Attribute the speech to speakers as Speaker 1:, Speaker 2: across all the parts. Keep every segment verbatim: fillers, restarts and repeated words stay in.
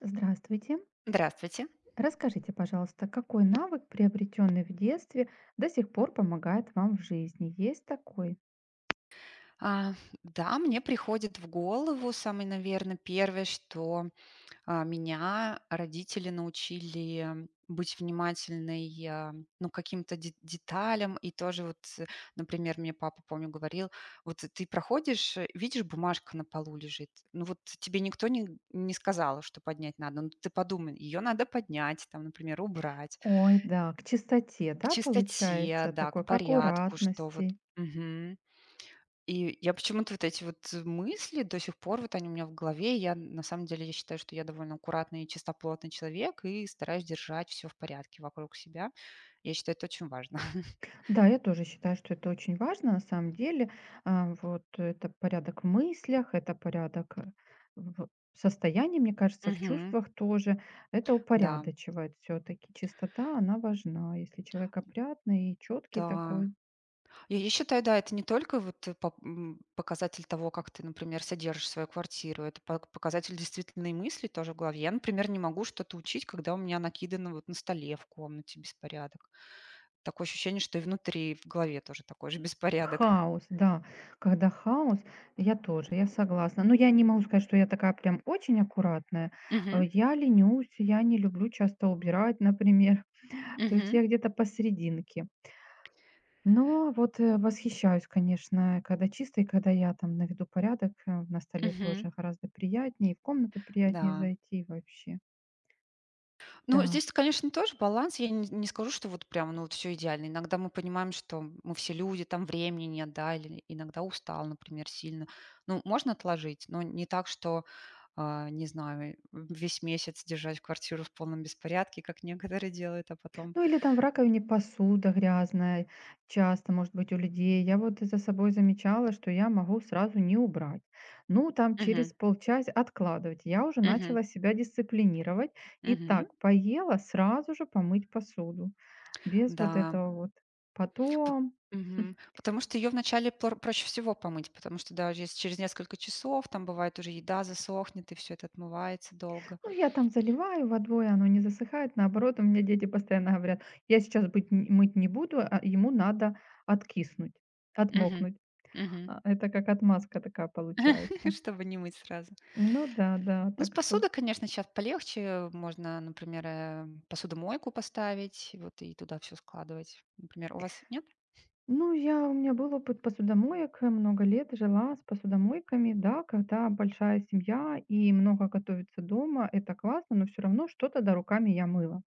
Speaker 1: Здравствуйте.
Speaker 2: Здравствуйте.
Speaker 1: Расскажите, пожалуйста, какой навык, приобретенный в детстве, до сих пор помогает вам в жизни? Есть такой?
Speaker 2: А, да, мне приходит в голову самое, наверное, первое, что, а, меня родители научили быть внимательной, а, ну, каким-то де деталям. И тоже вот, э, например, мне папа, помню, говорил: "Вот ты проходишь, э, видишь, бумажка на полу лежит. Ну, вот тебе никто не не сказал, что поднять надо. Ну, ты подумай, ее надо поднять, там, например, убрать".
Speaker 1: Ой, да, к чистоте,
Speaker 2: К
Speaker 1: да,
Speaker 2: чистоте,
Speaker 1: получается,
Speaker 2: да, к
Speaker 1: такой, к
Speaker 2: порядку, что вот.
Speaker 1: аккуратности.
Speaker 2: Мгм. И я почему-то вот эти вот мысли до сих пор, вот они у меня в голове. Я на самом деле, я считаю, что я довольно аккуратный и чистоплотный человек и стараюсь держать все в порядке вокруг себя. Я считаю, это очень важно.
Speaker 1: Да, я тоже считаю, что это очень важно, на самом деле. А, Вот это порядок в мыслях, это порядок э, в состоянии, мне кажется, в
Speaker 2: Мгм.
Speaker 1: чувствах тоже. Это
Speaker 2: Да,
Speaker 1: упорядочивает все-таки. Чистота, она важна, если человек опрятный и четкий
Speaker 2: да.
Speaker 1: такой.
Speaker 2: Я я считаю, да, это не только вот, э, пап м, показатель того, как ты, например, содержишь свою квартиру. Это пак показатель действительно мысли тоже в голове. Я, например, не могу что-то учить, когда у меня накидано вот на столе в комнате беспорядок. Такое ощущение, что и внутри, в голове тоже такой же беспорядок.
Speaker 1: Хаос, да. Когда хаос, я тоже, я согласна. Но я не могу сказать, что я такая прям очень аккуратная. Э,
Speaker 2: Мгм.
Speaker 1: Я ленюсь, я не люблю часто убирать, например. То есть
Speaker 2: Мгм.
Speaker 1: я где-то посерединке. Но вот э, восхищаюсь, конечно, когда чисто, и когда я там наведу порядок э, на столе
Speaker 2: Мгм.
Speaker 1: тоже гораздо приятнее, и в комнату приятнее
Speaker 2: Да.
Speaker 1: зайти вообще.
Speaker 2: Ну,
Speaker 1: Да.
Speaker 2: здесь, конечно, тоже баланс. Я не не скажу, что вот прям, ну, вот все идеально. Иногда мы понимаем, что мы все люди, там времени нет, да, или иногда устал, например, сильно. Ну, можно отложить, но не так, что, а, не знаю, весь месяц держать квартиру в полном беспорядке, как некоторые делают, а потом.
Speaker 1: Ну или там в раковине посуда грязная, часто, может быть, у людей. Я вот за собой замечала, что я могу сразу не убрать. Ну, там
Speaker 2: Мгм.
Speaker 1: через полчаса откладывать. Я уже
Speaker 2: Мгм.
Speaker 1: начала себя дисциплинировать. И
Speaker 2: Мгм.
Speaker 1: так, поела, сразу же помыть посуду. Без вот
Speaker 2: Да.
Speaker 1: этого вот.
Speaker 2: П
Speaker 1: Потом,
Speaker 2: мгм. Потому что ее вначале пр проще всего помыть, потому что даже если через несколько часов, там бывает уже еда засохнет и все это отмывается долго.
Speaker 1: ну, я там заливаю водой, оно не засыхает. Наоборот, у меня дети постоянно говорят, я сейчас быть, н- мыть не буду, а ему надо откиснуть,
Speaker 2: Мгм.
Speaker 1: отмокнуть.
Speaker 2: Мгм.
Speaker 1: А, Это как отмазка такая получается.
Speaker 2: Чтобы не мыть сразу.
Speaker 1: Ну да, да,
Speaker 2: Ну, с
Speaker 1: так что
Speaker 2: посудой, конечно, сейчас полегче. Можно, например, э, посудомойку поставить, вот, и туда все складывать. Например, у вас нет?
Speaker 1: Ну, я у меня был опыт посудомоек, э, много лет жила с посудомойками. Да, когда большая семья и много готовится дома, это классно, но все равно что-то, да, руками я мыла.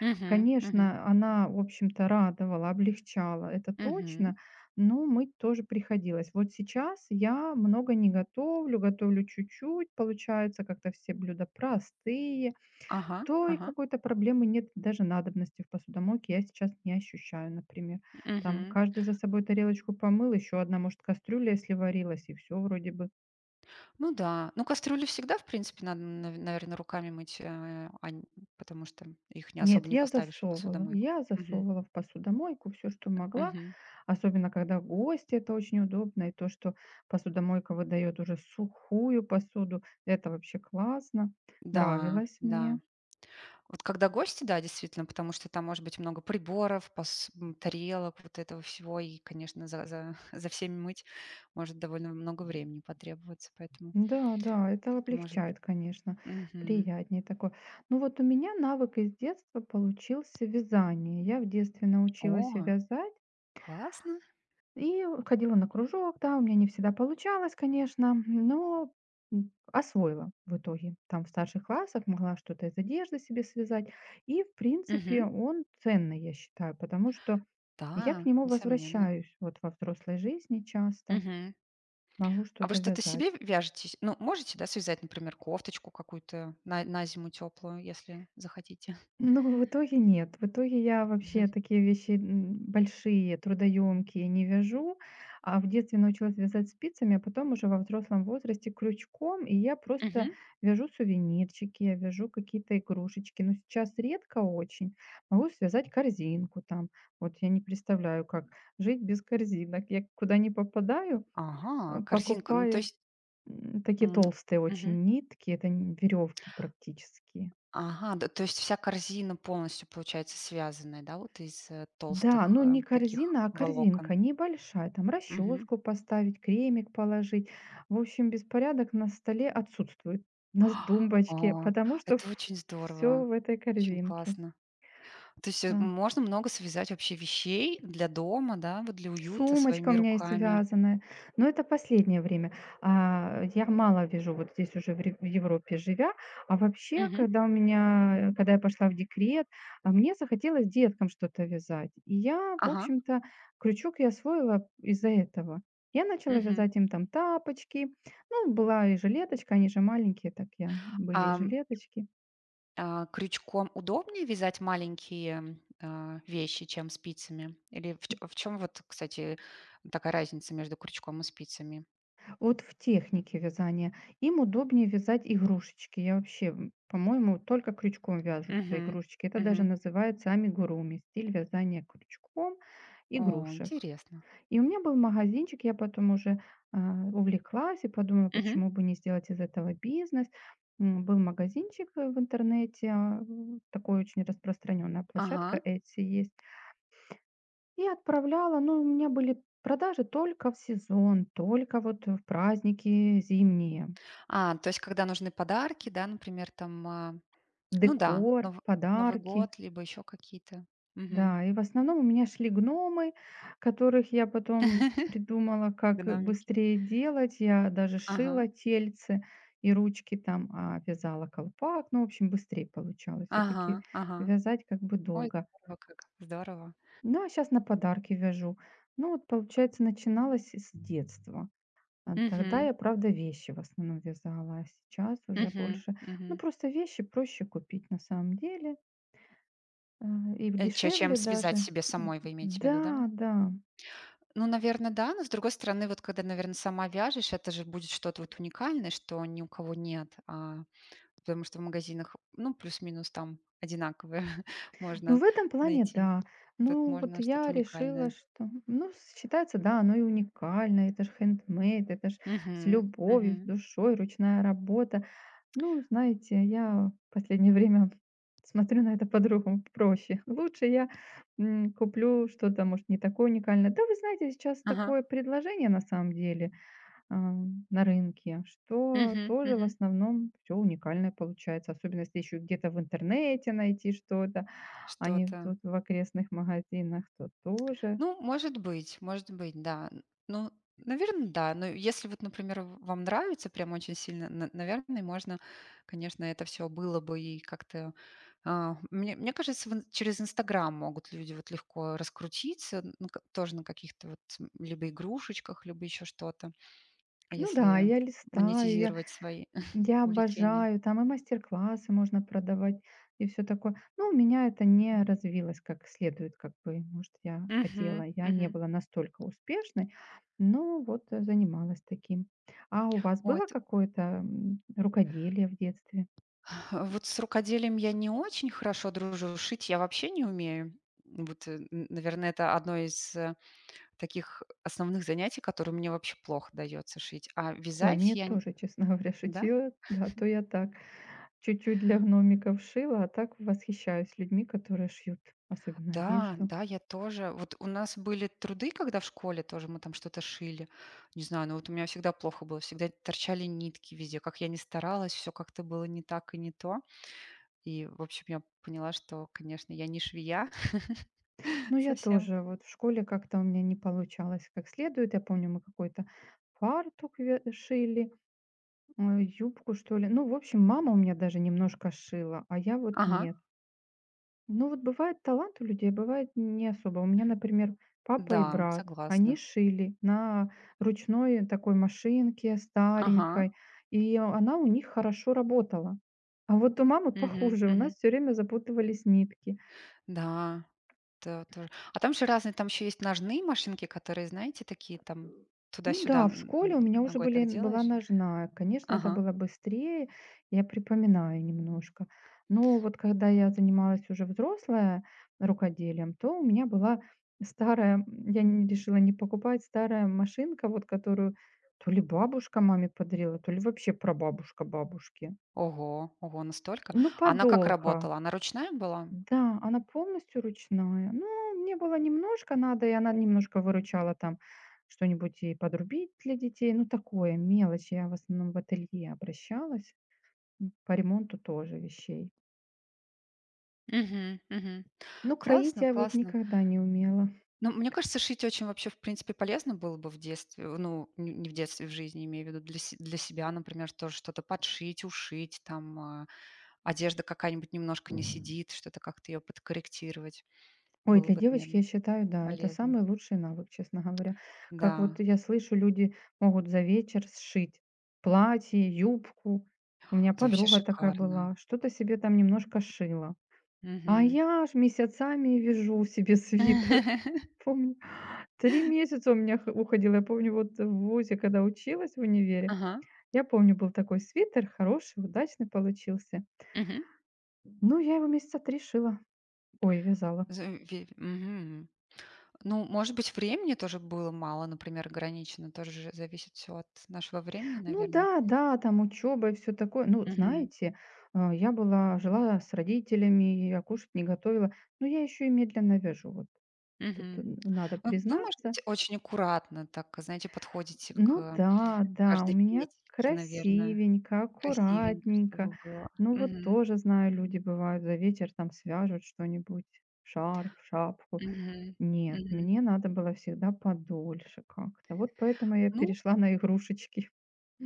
Speaker 2: Мгм. Мгм.
Speaker 1: Конечно, она, в общем-то, радовала, облегчала, это
Speaker 2: Мгм.
Speaker 1: точно, но мыть тоже приходилось. Вот сейчас я много не готовлю, готовлю чуть-чуть, получается, как-то все блюда простые.
Speaker 2: Ага,
Speaker 1: То и
Speaker 2: ага.
Speaker 1: какой-то проблемы нет даже надобности в посудомойке. Я сейчас не ощущаю, например. Там
Speaker 2: Мгм.
Speaker 1: каждый за собой тарелочку помыл, еще одна, может, кастрюля, если варилась, и все вроде бы.
Speaker 2: Ну да. Ну, кастрюли всегда, в принципе, надо, наверное, руками мыть, э, а н потому что их не
Speaker 1: Нет,
Speaker 2: особо не
Speaker 1: я
Speaker 2: поставишь в
Speaker 1: засовывала.
Speaker 2: посудомойку.
Speaker 1: Я
Speaker 2: Мгм.
Speaker 1: засовывала в посудомойку все, что могла.
Speaker 2: Мгм.
Speaker 1: Особенно, когда гости, это очень удобно. И то, что посудомойка выдает уже сухую посуду, это вообще классно.
Speaker 2: Да,
Speaker 1: Нравилось
Speaker 2: да.
Speaker 1: мне.
Speaker 2: Вот когда гости, да, действительно, потому что там может быть много приборов, пос м, тарелок, вот этого всего, и, конечно, за за за всеми мыть может довольно много времени потребоваться, поэтому
Speaker 1: Да, да, это
Speaker 2: может
Speaker 1: облегчает, конечно,
Speaker 2: Мгм.
Speaker 1: приятнее такое. Ну вот у меня навык из детства получился вязание. Я в детстве научилась
Speaker 2: О,
Speaker 1: вязать
Speaker 2: классно.
Speaker 1: и ходила на кружок, да, у меня не всегда получалось, конечно, но м, освоила в итоге. Там в старших классах могла что-то из одежды себе связать. И, в
Speaker 2: Мгм.
Speaker 1: принципе, он ценный, я считаю, потому что я к
Speaker 2: Да,
Speaker 1: нему
Speaker 2: несомненно.
Speaker 1: возвращаюсь вот во взрослой жизни часто,
Speaker 2: Мгм.
Speaker 1: могу
Speaker 2: А вы
Speaker 1: что-то
Speaker 2: что-то
Speaker 1: вязать.
Speaker 2: себе в вяжетесь? Ну, можете, да, связать, например, кофточку какую-то на на зиму теплую, если захотите?
Speaker 1: Ну, в итоге нет. В итоге я
Speaker 2: Мгм.
Speaker 1: вообще такие вещи м, большие, трудоемкие не вяжу. А в детстве научилась вязать спицами, а потом уже во взрослом возрасте крючком. И я просто
Speaker 2: Мгм.
Speaker 1: вяжу сувенирчики, я вяжу какие-то игрушечки. Но сейчас редко очень. Могу связать корзинку там. Вот я не представляю, как жить без корзинок. Я куда не попадаю,
Speaker 2: Ага,
Speaker 1: а,
Speaker 2: корзинка. Ну, то
Speaker 1: покупаю
Speaker 2: есть,
Speaker 1: м, такие
Speaker 2: м,
Speaker 1: толстые
Speaker 2: мгм.
Speaker 1: очень нитки. Это веревки практически.
Speaker 2: Ага, да, то есть вся корзина полностью получается связанная, да, вот из, э,
Speaker 1: Да,
Speaker 2: толстых,
Speaker 1: ну
Speaker 2: э,
Speaker 1: не
Speaker 2: таких
Speaker 1: корзина, а
Speaker 2: волокон?
Speaker 1: корзинка небольшая. Там
Speaker 2: Мгм.
Speaker 1: расческу поставить, кремик положить. В общем, беспорядок на столе отсутствует, на
Speaker 2: А,
Speaker 1: тумбочке,
Speaker 2: О,
Speaker 1: потому что
Speaker 2: это очень
Speaker 1: все
Speaker 2: здорово,
Speaker 1: в этой
Speaker 2: очень
Speaker 1: корзинке.
Speaker 2: классно. То есть, э,
Speaker 1: Да.
Speaker 2: можно много связать вообще вещей для дома, да, вот для уюта
Speaker 1: Сумочка у
Speaker 2: своими
Speaker 1: меня есть
Speaker 2: руками.
Speaker 1: вязаная, но это последнее время. А, я мало вяжу вот здесь уже в Ре в Европе живя. А вообще,
Speaker 2: Мгм.
Speaker 1: когда у меня э, когда я пошла в декрет, а, мне захотелось деткам что-то вязать. И я, в
Speaker 2: Ага.
Speaker 1: общем-то, крючок я освоила из-за этого. Я начала
Speaker 2: Мгм.
Speaker 1: вязать им там тапочки. Ну, была и жилеточка, они же маленькие, так я были и
Speaker 2: Ам,
Speaker 1: жилеточки.
Speaker 2: а, Крючком удобнее вязать маленькие, а, вещи, чем спицами? Или в чё в чём вот, кстати, такая разница между крючком и спицами?
Speaker 1: Вот в технике вязания. Им удобнее вязать игрушечки. Я вообще, м, по-моему, только крючком вяжутся
Speaker 2: Мгм.
Speaker 1: игрушечки. Это даже
Speaker 2: Мгм.
Speaker 1: называется амигуруми, стиль вязания крючком
Speaker 2: О,
Speaker 1: игрушек.
Speaker 2: интересно.
Speaker 1: И у меня был магазинчик, я потом уже а, увлеклась и подумала,
Speaker 2: Мгм.
Speaker 1: почему бы не сделать из этого бизнес. М, Был магазинчик э, в интернете, а, м, такой очень распространенная
Speaker 2: Ага.
Speaker 1: площадка Etsy есть. И отправляла, но у меня были продажи только в сезон, только вот в праздники зимние.
Speaker 2: А, то есть когда нужны подарки, да, например, там, а, ну да,
Speaker 1: Декор,
Speaker 2: нов Новый
Speaker 1: подарки.
Speaker 2: год, либо еще какие-то. Мгм.
Speaker 1: Да, и в основном у меня шли гномы, которых я потом придумала, как
Speaker 2: Гномики.
Speaker 1: быстрее делать. Я даже
Speaker 2: Ага.
Speaker 1: шила тельце и ручки там, а вязала колпак. Ну, в общем, быстрее получалось.
Speaker 2: Ага.
Speaker 1: Все-таки
Speaker 2: Ага.
Speaker 1: вязать как бы
Speaker 2: Ой,
Speaker 1: долго.
Speaker 2: здорово как. Здорово.
Speaker 1: Ну, а сейчас на подарки вяжу. Ну, вот, получается, начиналось с детства. А тогда
Speaker 2: Угу.
Speaker 1: я, правда, вещи в основном вязала, а сейчас уже
Speaker 2: Угу.
Speaker 1: больше ну,
Speaker 2: Мгм.
Speaker 1: просто вещи проще купить на самом деле, а, и
Speaker 2: Э, че Чем
Speaker 1: дешевле даже.
Speaker 2: связать себе
Speaker 1: М,
Speaker 2: самой, вы имеете в виду, да?
Speaker 1: да, да.
Speaker 2: Ну, наверное, да, но, с другой стороны, вот когда, наверное, сама вяжешь, это же будет что-то вот уникальное, что ни у кого нет, а, потому что в магазинах, ну, плюс-минус там одинаковые
Speaker 1: Ну,
Speaker 2: можно
Speaker 1: в этом плане
Speaker 2: найти.
Speaker 1: да.
Speaker 2: Тут
Speaker 1: Ну, вот
Speaker 2: можно что-то
Speaker 1: я решила,
Speaker 2: уникальное.
Speaker 1: что ну, считается, да, оно и уникально, это же хендмейд, это ж с
Speaker 2: Угу.
Speaker 1: любовью, с
Speaker 2: Угу.
Speaker 1: душой, ручная работа. Ну, знаете, я в последнее время смотрю на это по-другому, проще. Лучше я, м, куплю что-то, может, не такое уникальное. Да, вы знаете, сейчас
Speaker 2: Ага.
Speaker 1: такое предложение на самом деле, а, на рынке, что
Speaker 2: Угу.
Speaker 1: тоже в
Speaker 2: Угу.
Speaker 1: основном все уникальное получается, особенно если еще где-то в интернете найти что-то, а не
Speaker 2: Что-то.
Speaker 1: тут в окрестных магазинах, то тоже.
Speaker 2: Ну, может быть, может быть, да. Н- Ну, наверное, да. Но если вот, например, в- вам нравится прям очень сильно, на- наверное, можно, конечно, это все было бы и как-то... а, Мне, мне кажется, в ин- через Инстаграм могут люди вот легко раскрутиться, ну, ка- тоже на каких-то вот м, либо игрушечках, либо еще что-то,
Speaker 1: Ну да,
Speaker 2: если
Speaker 1: я листаю, я
Speaker 2: монетизировать свои
Speaker 1: Я
Speaker 2: увлечения.
Speaker 1: обожаю, там и мастер-классы можно продавать, и все такое. Но у меня это не развилось как следует, как бы, может, я хотела.
Speaker 2: Угу,
Speaker 1: Я не
Speaker 2: угу.
Speaker 1: была настолько успешной, но вот, э, занималась таким. А у вас было какое-то, м, рукоделие в детстве?
Speaker 2: А, вот с рукоделием я не очень хорошо дружу, шить я вообще не умею. Вот, э, н наверное, это одно из, э, таких основных занятий, которые мне вообще плохо дается шить. А
Speaker 1: Ой,
Speaker 2: вязать
Speaker 1: мне
Speaker 2: я н
Speaker 1: тоже, честно говоря,
Speaker 2: Да?
Speaker 1: шитье. Да, то я так чуть-чуть для гномиков шила, а так восхищаюсь людьми, которые шьют, особенно
Speaker 2: Да,
Speaker 1: одежду.
Speaker 2: да, я тоже. Вот у нас были труды, когда в школе тоже мы там что-то шили. Не знаю, но вот у меня всегда плохо было, всегда торчали нитки везде. Как я не старалась, все как-то было не так и не то. И, в общем, я поняла, что, конечно, я не швея
Speaker 1: Ну, я
Speaker 2: совсем.
Speaker 1: тоже. Вот в школе как-то у меня не получалось как следует. Я помню, мы какой-то фартук ве- шили, э, юбку, что ли. Ну, в общем, мама у меня даже немножко шила, а я вот
Speaker 2: Ага,
Speaker 1: нет. Ну, вот бывает талант у людей, бывает не особо. У меня, например, папа
Speaker 2: да,
Speaker 1: и брат, они
Speaker 2: согласна.
Speaker 1: шили на ручной такой машинке
Speaker 2: Ага.
Speaker 1: старенькой, и она у них хорошо работала. А вот у мамы
Speaker 2: Мгм,
Speaker 1: похуже, у
Speaker 2: мгм.
Speaker 1: нас все время запутывались нитки.
Speaker 2: Да, да, тоже. А там же разные, там еще есть ножные машинки, которые, знаете, такие там
Speaker 1: Ну
Speaker 2: туда-сюда
Speaker 1: да, в
Speaker 2: н-
Speaker 1: школе
Speaker 2: н-
Speaker 1: у меня уже
Speaker 2: ногой
Speaker 1: были
Speaker 2: так
Speaker 1: была
Speaker 2: делаешь.
Speaker 1: ножная. Конечно, это
Speaker 2: Ага.
Speaker 1: было быстрее, я припоминаю немножко. Но вот когда я занималась уже взрослая рукоделием, то у меня была старая, м, я не решила не покупать, старая машинка, вот которую то ли бабушка маме подарила, то ли вообще прабабушка бабушки.
Speaker 2: Ого, ого, настолько.
Speaker 1: Ну,
Speaker 2: Она как
Speaker 1: подолка.
Speaker 2: работала? Она ручная была?
Speaker 1: Да, она полностью ручная. Ну, мне было немножко надо, и она немножко выручала там что-нибудь и подрубить для детей. Ну, такое, мелочь. Я в основном в ателье обращалась. М, По ремонту тоже вещей.
Speaker 2: Мгм, мгм.
Speaker 1: Ну, кроить
Speaker 2: Классно,
Speaker 1: я вот
Speaker 2: классно.
Speaker 1: никогда не умела.
Speaker 2: Ну, мне кажется, шить очень вообще, в принципе, полезно было бы в детстве, ну, н- не в детстве, в жизни, имею в виду, для, се- для себя, например, тоже что-то подшить, ушить, там, а, одежда какая-нибудь немножко не сидит, что-то как-то ее подкорректировать.
Speaker 1: Ой,
Speaker 2: Было
Speaker 1: для
Speaker 2: бы,
Speaker 1: девочки,
Speaker 2: наверное,
Speaker 1: я считаю, да, это
Speaker 2: полезно.
Speaker 1: самый лучший навык, честно говоря. Как
Speaker 2: Да,
Speaker 1: вот я слышу, люди могут за вечер сшить платье, юбку. У меня
Speaker 2: это вообще
Speaker 1: подруга такая
Speaker 2: шикарно.
Speaker 1: была, что-то себе там немножко шила. А
Speaker 2: Мгм.
Speaker 1: я ж месяцами вяжу себе свитер. Помню, Три месяца у меня х уходило. Я помню, вот в ВУЗе, когда училась в универе,
Speaker 2: Ага.
Speaker 1: я помню, был такой свитер, хороший, удачный получился.
Speaker 2: Мгм.
Speaker 1: Ну, я его месяца три шила. Ой, вязала.
Speaker 2: За ве Мгм. Ну, может быть, времени тоже было мало, например, ограничено. Тоже же зависит все от нашего времени,
Speaker 1: Ну
Speaker 2: наверное.
Speaker 1: да, да, там учеба и всё такое. Ну,
Speaker 2: Мгм.
Speaker 1: знаете, а, я была жила с родителями, я кушать не готовила, но я еще и медленно вяжу. Вот тут э,
Speaker 2: Мгм.
Speaker 1: надо
Speaker 2: Вот вы, может
Speaker 1: признаться.
Speaker 2: быть, очень аккуратно так, знаете, подходите
Speaker 1: Ну
Speaker 2: к
Speaker 1: да, да, у
Speaker 2: каждой
Speaker 1: меня
Speaker 2: петельке, наверное.
Speaker 1: красивенько,
Speaker 2: Красивенько,
Speaker 1: аккуратненько.
Speaker 2: чтобы было.
Speaker 1: Ну вот
Speaker 2: Мгм.
Speaker 1: тоже, знаю, люди бывают за вечер там свяжут что-нибудь, шарф, шапку.
Speaker 2: Мгм.
Speaker 1: Нет,
Speaker 2: Мгм.
Speaker 1: мне надо было всегда подольше как-то. Вот поэтому я
Speaker 2: Ну,
Speaker 1: перешла на игрушечки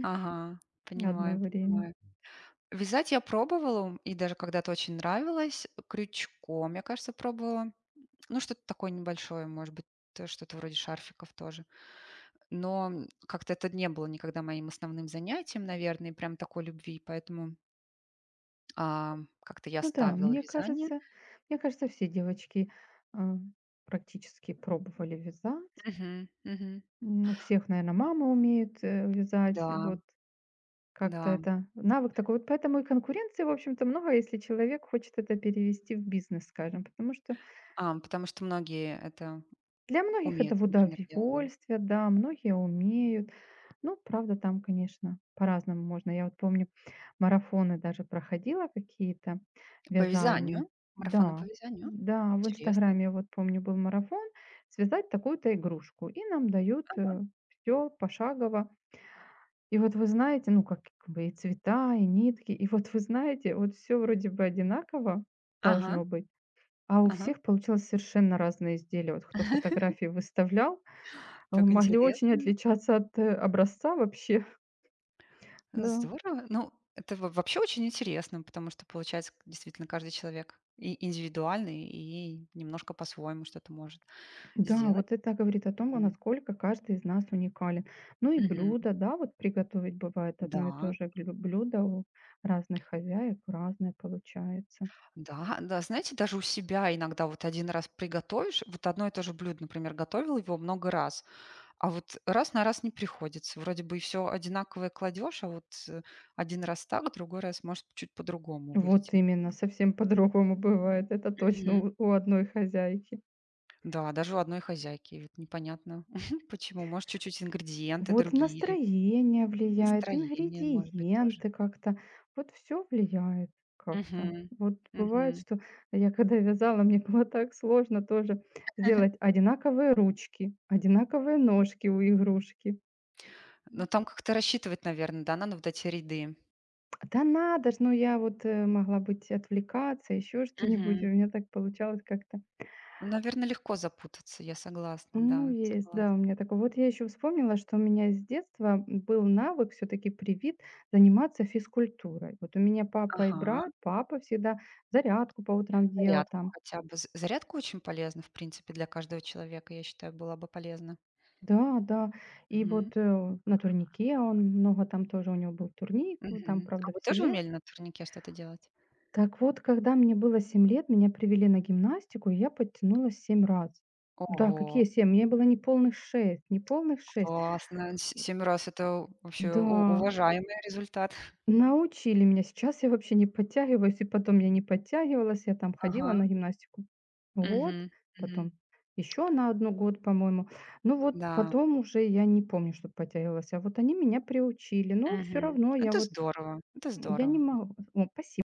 Speaker 2: ага,
Speaker 1: одно
Speaker 2: понимаю,
Speaker 1: время.
Speaker 2: понимаю. Вязать я пробовала, и даже когда-то очень нравилось. Крючком, я, кажется, пробовала. Ну, что-то такое небольшое, может быть, э, что-то вроде шарфиков тоже. Но, как-то это не было никогда моим основным занятием, наверное, и прям такой любви, поэтому, а, как-то я
Speaker 1: Ну да,
Speaker 2: оставила
Speaker 1: мне
Speaker 2: вязание.
Speaker 1: кажется, мне кажется, все девочки а, практически пробовали вязать.
Speaker 2: Мгм, мгм.
Speaker 1: Ну, У всех, наверное, мама умеет э, вязать.
Speaker 2: Да,
Speaker 1: Вот Как-то
Speaker 2: да.
Speaker 1: это навык такой. Вот поэтому и конкуренции, в общем-то, много, если человек хочет это перевести в бизнес, скажем, потому что
Speaker 2: А, потому что многие это
Speaker 1: для многих это
Speaker 2: умеют,
Speaker 1: в
Speaker 2: например, делать, да.
Speaker 1: удовольствие, да, многие умеют. Ну, правда, там, конечно, по-разному можно. Я вот помню, марафоны даже проходила какие-то
Speaker 2: По
Speaker 1: вязальные.
Speaker 2: вязанию, марафоны
Speaker 1: Да,
Speaker 2: по вязанию.
Speaker 1: да, в
Speaker 2: Интересно.
Speaker 1: Инстаграме, вот помню, был марафон, связать такую-то игрушку. И нам дают все пошагово, И вот вы знаете, ну, как бы и цвета, и нитки. И вот вы знаете, вот все вроде бы одинаково
Speaker 2: Ага,
Speaker 1: должно быть, а у
Speaker 2: ага.
Speaker 1: всех получилось совершенно разные изделия. Вот кто фотографии выставлял, э,
Speaker 2: Так
Speaker 1: могли очень
Speaker 2: интересно.
Speaker 1: отличаться от, э, образца вообще. Да.
Speaker 2: Здорово. Ну, это во- вообще очень интересно, потому что получается к- действительно каждый человек и индивидуальный, и немножко по-своему что-то может
Speaker 1: Да,
Speaker 2: сделать.
Speaker 1: вот это говорит о том, а
Speaker 2: Мгм.
Speaker 1: насколько каждый из нас уникален. Ну и
Speaker 2: Мгм.
Speaker 1: блюда, да, вот приготовить бывает одно и то
Speaker 2: Да,
Speaker 1: же блю блюдо у разных хозяек, разное получается.
Speaker 2: да, да. Знаете, даже у себя иногда вот один раз приготовишь, вот одно и то же блюдо, например, готовил его много раз, а вот раз на раз не приходится. Вроде бы и все одинаковое кладешь, а вот э, один раз так, другой раз может чуть по-другому
Speaker 1: Вот
Speaker 2: выйти.
Speaker 1: именно, совсем по-другому бывает. Это точно у у одной хозяйки.
Speaker 2: Да, даже у одной хозяйки. Вот непонятно почему. Может, чуть-чуть ингредиенты
Speaker 1: Вот
Speaker 2: другие или
Speaker 1: настроение влияет,
Speaker 2: настроение, может быть, тоже.
Speaker 1: ингредиенты как-то, вот все влияет как-то.
Speaker 2: Мгм.
Speaker 1: Вот бывает,
Speaker 2: Мгм.
Speaker 1: что я когда вязала, мне было так сложно тоже сделать одинаковые ручки, одинаковые ножки у игрушки.
Speaker 2: Но
Speaker 1: М,
Speaker 2: там как-то рассчитывать, наверное, да, надо вот эти ряды.
Speaker 1: да надо ж, ну я вот, э, могла быть отвлекаться, еще что-нибудь,
Speaker 2: Мгм.
Speaker 1: у меня так получалось как-то.
Speaker 2: Ну, наверно, легко запутаться, я согласна,
Speaker 1: Ну,
Speaker 2: да,
Speaker 1: есть, да,
Speaker 2: согласна.
Speaker 1: у меня такое. Вот я еще вспомнила, что у меня с детства был навык все-таки привит заниматься физкультурой. Вот у меня папа и
Speaker 2: Ага,
Speaker 1: брат, папа всегда зарядку по утрам делал
Speaker 2: зарядку
Speaker 1: там.
Speaker 2: хотя бы. З Зарядка очень полезна, в принципе, для каждого человека, я считаю, была бы полезна.
Speaker 1: Да, да. И
Speaker 2: Мгм.
Speaker 1: вот э, на турнике он много там тоже у него был турник, ну, там,
Speaker 2: Мгм. А
Speaker 1: правда,
Speaker 2: вы
Speaker 1: в
Speaker 2: тоже
Speaker 1: селе.
Speaker 2: умели на турнике что-то делать?
Speaker 1: Так вот, когда мне было семь лет, меня привели на гимнастику, и я подтянулась семь раз. Да,
Speaker 2: Ого!
Speaker 1: какие семь? Мне было не полных шесть, не полных шесть.
Speaker 2: Классно. С семи раз- это вообще
Speaker 1: Да,
Speaker 2: у уважаемый результат.
Speaker 1: научили меня. Сейчас я вообще не подтягиваюсь, и потом я не подтягивалась. Я там ходила
Speaker 2: Ага.
Speaker 1: на гимнастику год,
Speaker 2: Мгм. Мгм.
Speaker 1: потом еще на один год, по-моему. Ну вот
Speaker 2: Да.
Speaker 1: потом уже я не помню, чтоб подтягивалась. А вот они меня приучили. Но все
Speaker 2: Мгм.
Speaker 1: равно я
Speaker 2: Это
Speaker 1: вот,
Speaker 2: здорово, это
Speaker 1: я не
Speaker 2: здорово.
Speaker 1: могу. О, спасибо.